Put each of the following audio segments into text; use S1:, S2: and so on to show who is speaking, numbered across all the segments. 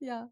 S1: Ja.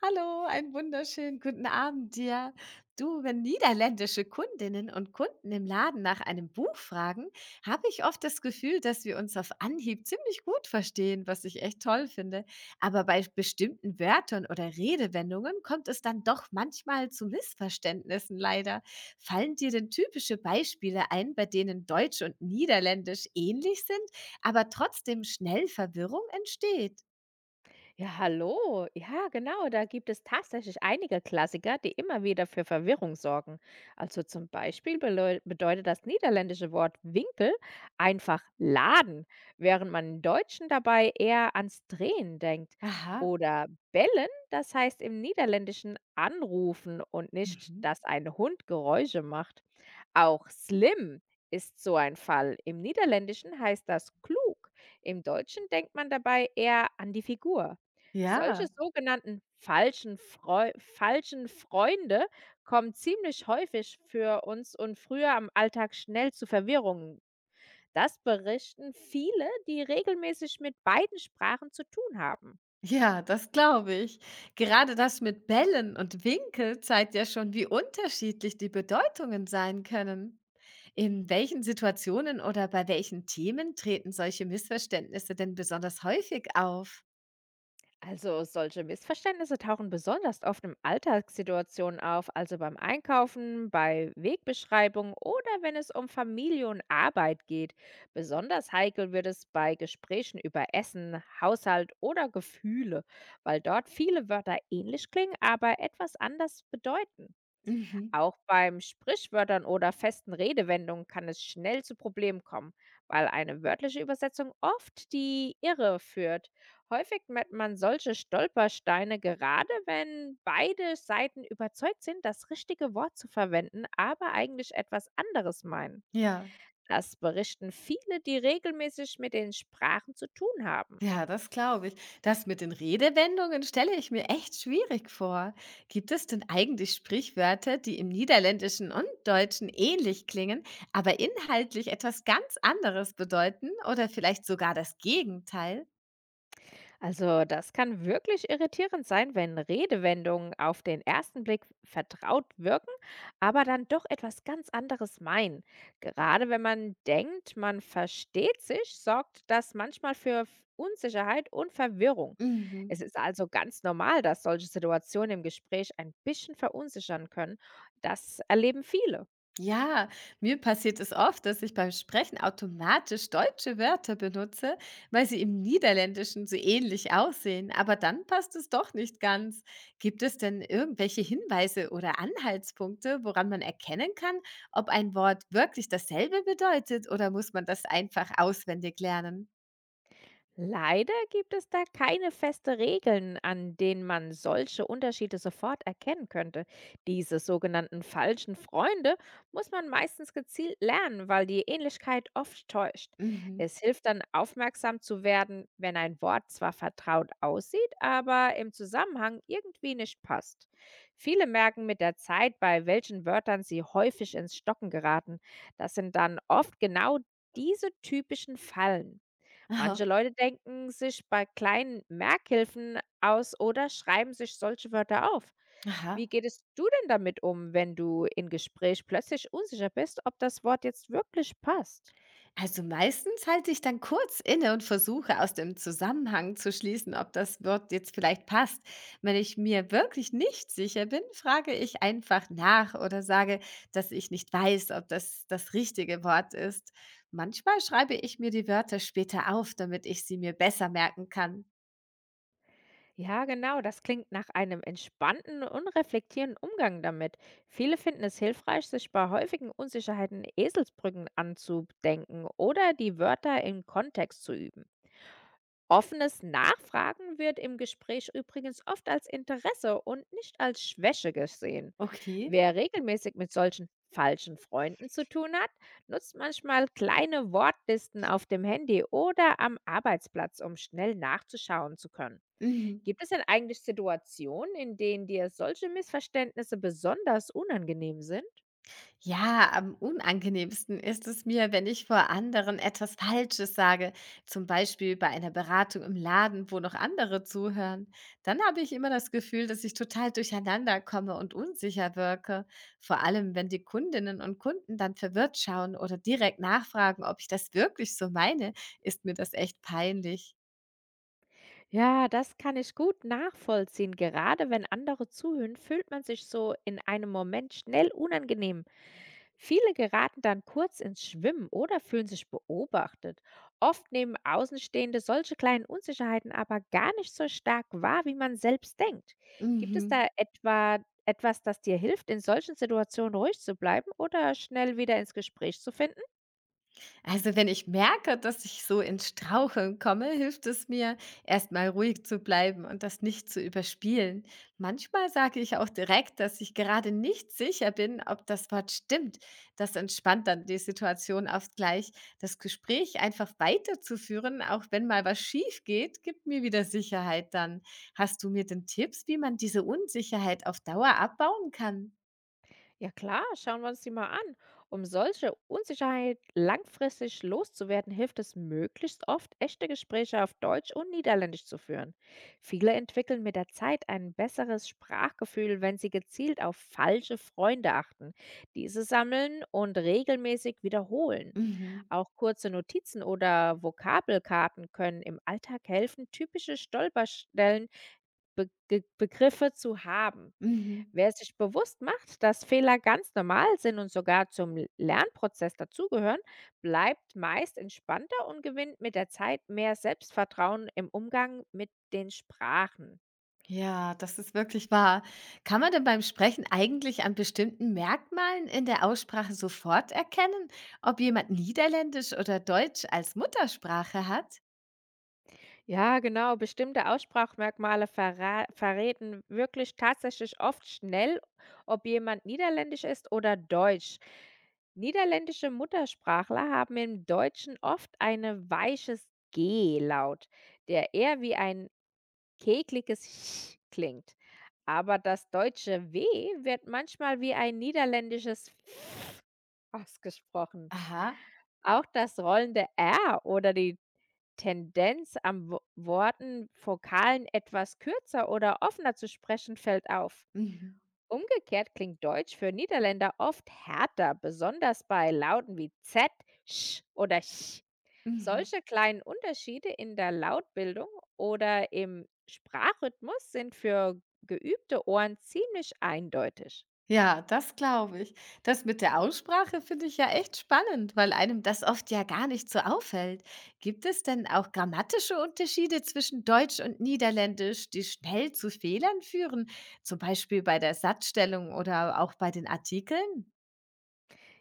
S1: Hallo, einen wunderschönen guten Abend dir. Du, wenn niederländische Kundinnen und Kunden im Laden nach einem Buch fragen, habe ich oft das Gefühl, dass wir uns auf Anhieb ziemlich gut verstehen, was ich echt toll finde. Aber bei bestimmten Wörtern oder Redewendungen kommt es dann doch manchmal zu Missverständnissen leider. Fallen dir denn typische Beispiele ein, bei denen Deutsch und Niederländisch ähnlich sind, aber trotzdem schnell Verwirrung entsteht?
S2: Ja, hallo. Ja, genau. Da gibt es tatsächlich einige Klassiker, die immer wieder für Verwirrung sorgen. Also zum Beispiel bedeutet das niederländische Wort Winkel einfach Laden, während man im Deutschen dabei eher ans Drehen denkt.
S1: Aha.
S2: Oder bellen, das heißt im Niederländischen anrufen und nicht,
S1: Mhm.
S2: dass ein Hund Geräusche macht. Auch slim ist so ein Fall. Im Niederländischen heißt das klug. Im Deutschen denkt man dabei eher an die Figur. Solche
S1: Ja,
S2: sogenannten falschen Freunde kommen ziemlich häufig für uns und früher am Alltag schnell zu Verwirrungen. Das berichten viele, die regelmäßig mit beiden Sprachen zu tun haben.
S1: Ja, das glaube ich. Gerade das mit Bällen und Winkel zeigt ja schon, wie unterschiedlich die Bedeutungen sein können. In welchen Situationen oder bei welchen Themen treten solche Missverständnisse denn besonders häufig auf?
S2: Also solche Missverständnisse tauchen besonders oft in Alltagssituationen auf, also beim Einkaufen, bei Wegbeschreibungen oder wenn es um Familie und Arbeit geht. Besonders heikel wird es bei Gesprächen über Essen, Haushalt oder Gefühle, weil dort viele Wörter ähnlich klingen, aber etwas anders bedeuten.
S1: Mhm.
S2: Auch beim Sprichwörtern oder festen Redewendungen kann es schnell zu Problemen kommen, weil eine wörtliche Übersetzung oft die Irre führt. Häufig merkt man solche Stolpersteine gerade, wenn beide Seiten überzeugt sind, das richtige Wort zu verwenden, aber eigentlich etwas anderes meinen.
S1: Ja.
S2: Das berichten viele, die regelmäßig mit den Sprachen zu tun haben.
S1: Ja, das glaube ich. Das mit den Redewendungen stelle ich mir echt schwierig vor. Gibt es denn eigentlich Sprichwörter, die im Niederländischen und Deutschen ähnlich klingen, aber inhaltlich etwas ganz anderes bedeuten oder vielleicht sogar das Gegenteil?
S2: Also, das kann wirklich irritierend sein, wenn Redewendungen auf den ersten Blick vertraut wirken, aber dann doch etwas ganz anderes meinen. Gerade wenn man denkt, man versteht sich, sorgt das manchmal für Unsicherheit und Verwirrung.
S1: Mhm.
S2: Es ist also ganz normal, dass solche Situationen im Gespräch ein bisschen verunsichern können. Das erleben viele.
S1: Ja, mir passiert es oft, dass ich beim Sprechen automatisch deutsche Wörter benutze, weil sie im Niederländischen so ähnlich aussehen, aber dann passt es doch nicht ganz. Gibt es denn irgendwelche Hinweise oder Anhaltspunkte, woran man erkennen kann, ob ein Wort wirklich dasselbe bedeutet oder muss man das einfach auswendig lernen?
S2: Leider gibt es da keine feste Regeln, an denen man solche Unterschiede sofort erkennen könnte. Diese sogenannten falschen Freunde muss man meistens gezielt lernen, weil die Ähnlichkeit oft täuscht.
S1: Mhm.
S2: Es hilft dann aufmerksam zu werden, wenn ein Wort zwar vertraut aussieht, aber im Zusammenhang irgendwie nicht passt. Viele merken mit der Zeit, bei welchen Wörtern sie häufig ins Stocken geraten. Das sind dann oft genau diese typischen Fallen.
S1: Aha.
S2: Manche Leute denken sich bei kleinen Merkhilfen aus oder schreiben sich solche Wörter auf.
S1: Aha.
S2: Wie gehst du denn damit um, wenn du in Gespräch plötzlich unsicher bist, ob das Wort jetzt wirklich passt?
S1: Also meistens halte ich dann kurz inne und versuche aus dem Zusammenhang zu schließen, ob das Wort jetzt vielleicht passt. Wenn ich mir wirklich nicht sicher bin, frage ich einfach nach oder sage, dass ich nicht weiß, ob das das richtige Wort ist. Manchmal schreibe ich mir die Wörter später auf, damit ich sie mir besser merken kann.
S2: Ja, genau, das klingt nach einem entspannten und reflektierenden Umgang damit. Viele finden es hilfreich, sich bei häufigen Unsicherheiten Eselsbrücken anzudenken oder die Wörter im Kontext zu üben. Offenes Nachfragen wird im Gespräch übrigens oft als Interesse und nicht als Schwäche gesehen.
S1: Okay.
S2: Wer regelmäßig mit solchen falschen Freunden zu tun hat, nutzt manchmal kleine Wortlisten auf dem Handy oder am Arbeitsplatz, um schnell nachzuschauen zu können.
S1: Mhm.
S2: Gibt es denn eigentlich Situationen, in denen dir solche Missverständnisse besonders unangenehm sind?
S1: Ja, am unangenehmsten ist es mir, wenn ich vor anderen etwas Falsches sage, zum Beispiel bei einer Beratung im Laden, wo noch andere zuhören. Dann habe ich immer das Gefühl, dass ich total durcheinander komme und unsicher wirke, vor allem wenn die Kundinnen und Kunden dann verwirrt schauen oder direkt nachfragen, ob ich das wirklich so meine, ist mir das echt peinlich.
S2: Ja, das kann ich gut nachvollziehen. Gerade wenn andere zuhören, fühlt man sich so in einem Moment schnell unangenehm. Viele geraten dann kurz ins Schwimmen oder fühlen sich beobachtet. Oft nehmen Außenstehende solche kleinen Unsicherheiten aber gar nicht so stark wahr, wie man selbst denkt. Gibt es
S1: Mhm.
S2: da etwas, das dir hilft, in solchen Situationen ruhig zu bleiben oder schnell wieder ins Gespräch zu finden?
S1: Also, wenn ich merke, dass ich so ins Straucheln komme, hilft es mir, erstmal ruhig zu bleiben und das nicht zu überspielen. Manchmal sage ich auch direkt, dass ich gerade nicht sicher bin, ob das Wort stimmt. Das entspannt dann die Situation oft gleich. Das Gespräch einfach weiterzuführen, auch wenn mal was schief geht, gibt mir wieder Sicherheit dann. Hast du mir denn Tipps, wie man diese Unsicherheit auf Dauer abbauen kann?
S2: Ja klar, schauen wir uns die mal an. Um solche Unsicherheit langfristig loszuwerden, hilft es möglichst oft, echte Gespräche auf Deutsch und Niederländisch zu führen. Viele entwickeln mit der Zeit ein besseres Sprachgefühl, wenn sie gezielt auf falsche Freunde achten, diese sammeln und regelmäßig wiederholen.
S1: Mhm.
S2: Auch kurze Notizen oder Vokabelkarten können im Alltag helfen, typische Stolperstellen, Begriffe zu haben.
S1: Mhm.
S2: Wer sich bewusst macht, dass Fehler ganz normal sind und sogar zum Lernprozess dazugehören, bleibt meist entspannter und gewinnt mit der Zeit mehr Selbstvertrauen im Umgang mit den Sprachen.
S1: Ja, das ist wirklich wahr. Kann man denn beim Sprechen eigentlich an bestimmten Merkmalen in der Aussprache sofort erkennen, ob jemand Niederländisch oder Deutsch als Muttersprache hat?
S2: Ja, genau, bestimmte Aussprachmerkmale verraten wirklich tatsächlich oft schnell, ob jemand niederländisch ist oder deutsch. Niederländische Muttersprachler haben im Deutschen oft eine weiches G-Laut, der eher wie ein Kekliges Ch klingt, aber das deutsche W wird manchmal wie ein niederländisches f ausgesprochen.
S1: Aha.
S2: Auch das rollende R oder die Tendenz, am Wo Worten Vokalen etwas kürzer oder offener zu sprechen, fällt auf.
S1: Mhm.
S2: Umgekehrt klingt Deutsch für Niederländer oft härter, besonders bei Lauten wie Z, Sch oder Ch.
S1: Mhm.
S2: Solche kleinen Unterschiede in der Lautbildung oder im Sprachrhythmus sind für geübte Ohren ziemlich eindeutig.
S1: Ja, das glaube ich. Das mit der Aussprache finde ich ja echt spannend, weil einem das oft ja gar nicht so auffällt. Gibt es denn auch grammatische Unterschiede zwischen Deutsch und Niederländisch, die schnell zu Fehlern führen, zum Beispiel bei der Satzstellung oder auch bei den Artikeln?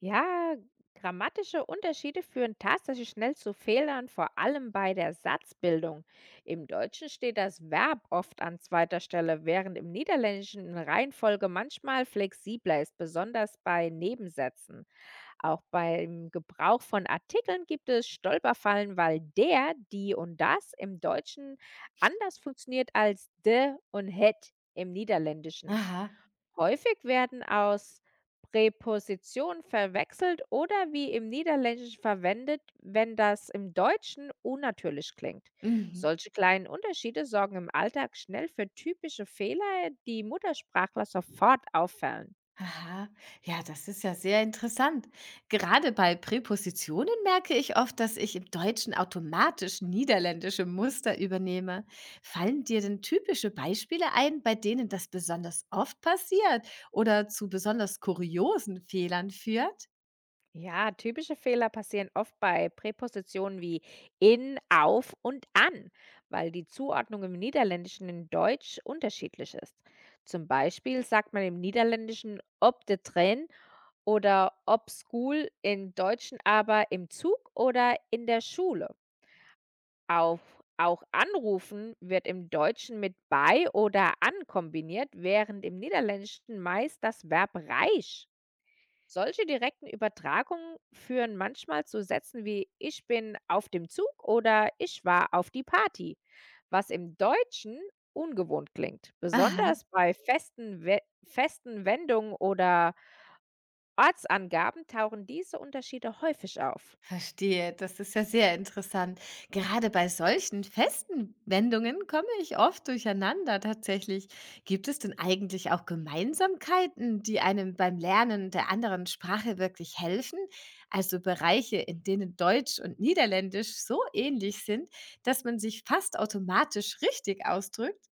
S2: Ja, grammatische Unterschiede führen tatsächlich schnell zu Fehlern, vor allem bei der Satzbildung. Im Deutschen steht das Verb oft an zweiter Stelle, während im Niederländischen eine Reihenfolge manchmal flexibler ist, besonders bei Nebensätzen. Auch beim Gebrauch von Artikeln gibt es Stolperfallen, weil der, die und das im Deutschen anders funktioniert als de und het im Niederländischen.
S1: Aha,
S2: Häufig werden aus Präpositionen verwechselt oder wie im Niederländischen verwendet, wenn das im Deutschen unnatürlich klingt.
S1: mhm,
S2: Solche kleinen Unterschiede sorgen im Alltag schnell für typische Fehler, die Muttersprachler sofort auffallen.
S1: aha. Ja, das ist ja sehr interessant. Gerade bei Präpositionen merke ich oft, dass ich im Deutschen automatisch niederländische Muster übernehme. Fallen dir denn typische Beispiele ein, bei denen das besonders oft passiert oder zu besonders kuriosen Fehlern führt?
S2: Ja, typische Fehler passieren oft bei Präpositionen wie in, auf und an, weil die Zuordnung im Niederländischen in Deutsch unterschiedlich ist. Zum Beispiel sagt man im Niederländischen ob de Tränen oder ob School in Deutschen aber im Zug oder in der Schule. Auf auch anrufen wird im Deutschen mit bei oder an kombiniert, während im Niederländischen meist das Verb reich. Solche direkten Übertragungen führen manchmal zu Sätzen wie ich bin auf dem Zug oder ich war auf die Party, was im Deutschen ungewohnt klingt.
S1: Aha.
S2: Besonders bei festen Wendungen oder Ortsangaben tauchen diese Unterschiede häufig auf.
S1: Verstehe, das ist ja sehr interessant. Gerade bei solchen festen Wendungen komme ich oft durcheinander tatsächlich. Gibt es denn eigentlich auch Gemeinsamkeiten, die einem beim Lernen der anderen Sprache wirklich helfen? Also Bereiche, in denen Deutsch und Niederländisch so ähnlich sind, dass man sich fast automatisch richtig ausdrückt?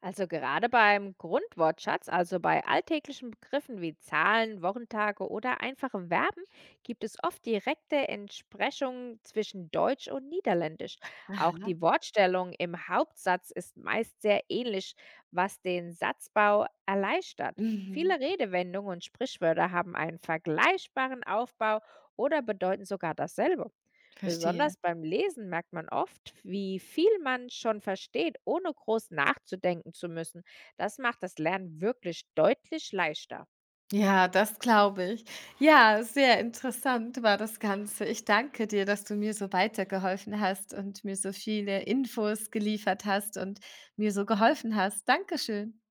S2: Also gerade beim Grundwortschatz, also bei alltäglichen Begriffen wie Zahlen, Wochentage oder einfachen Verben, gibt es oft direkte Entsprechungen zwischen Deutsch und Niederländisch. Auch
S1: Aha.
S2: die Wortstellung im Hauptsatz ist meist sehr ähnlich, was den Satzbau erleichtert.
S1: Mhm.
S2: Viele Redewendungen und Sprichwörter haben einen vergleichbaren Aufbau oder bedeuten sogar dasselbe.
S1: Verstehe.
S2: Besonders beim Lesen merkt man oft, wie viel man schon versteht, ohne groß nachzudenken zu müssen. Das macht das Lernen wirklich deutlich leichter.
S1: Ja, das glaube ich. Ja, sehr interessant war das Ganze. Ich danke dir, dass du mir so weitergeholfen hast und mir so viele Infos geliefert hast und mir so geholfen hast. Dankeschön.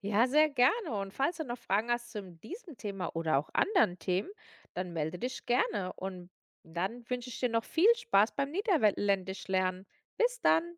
S2: Ja, sehr gerne. Und falls du noch Fragen hast zu diesem Thema oder auch anderen Themen, dann melde dich gerne. Und dann wünsche ich dir noch viel Spaß beim Niederländisch lernen. Bis dann.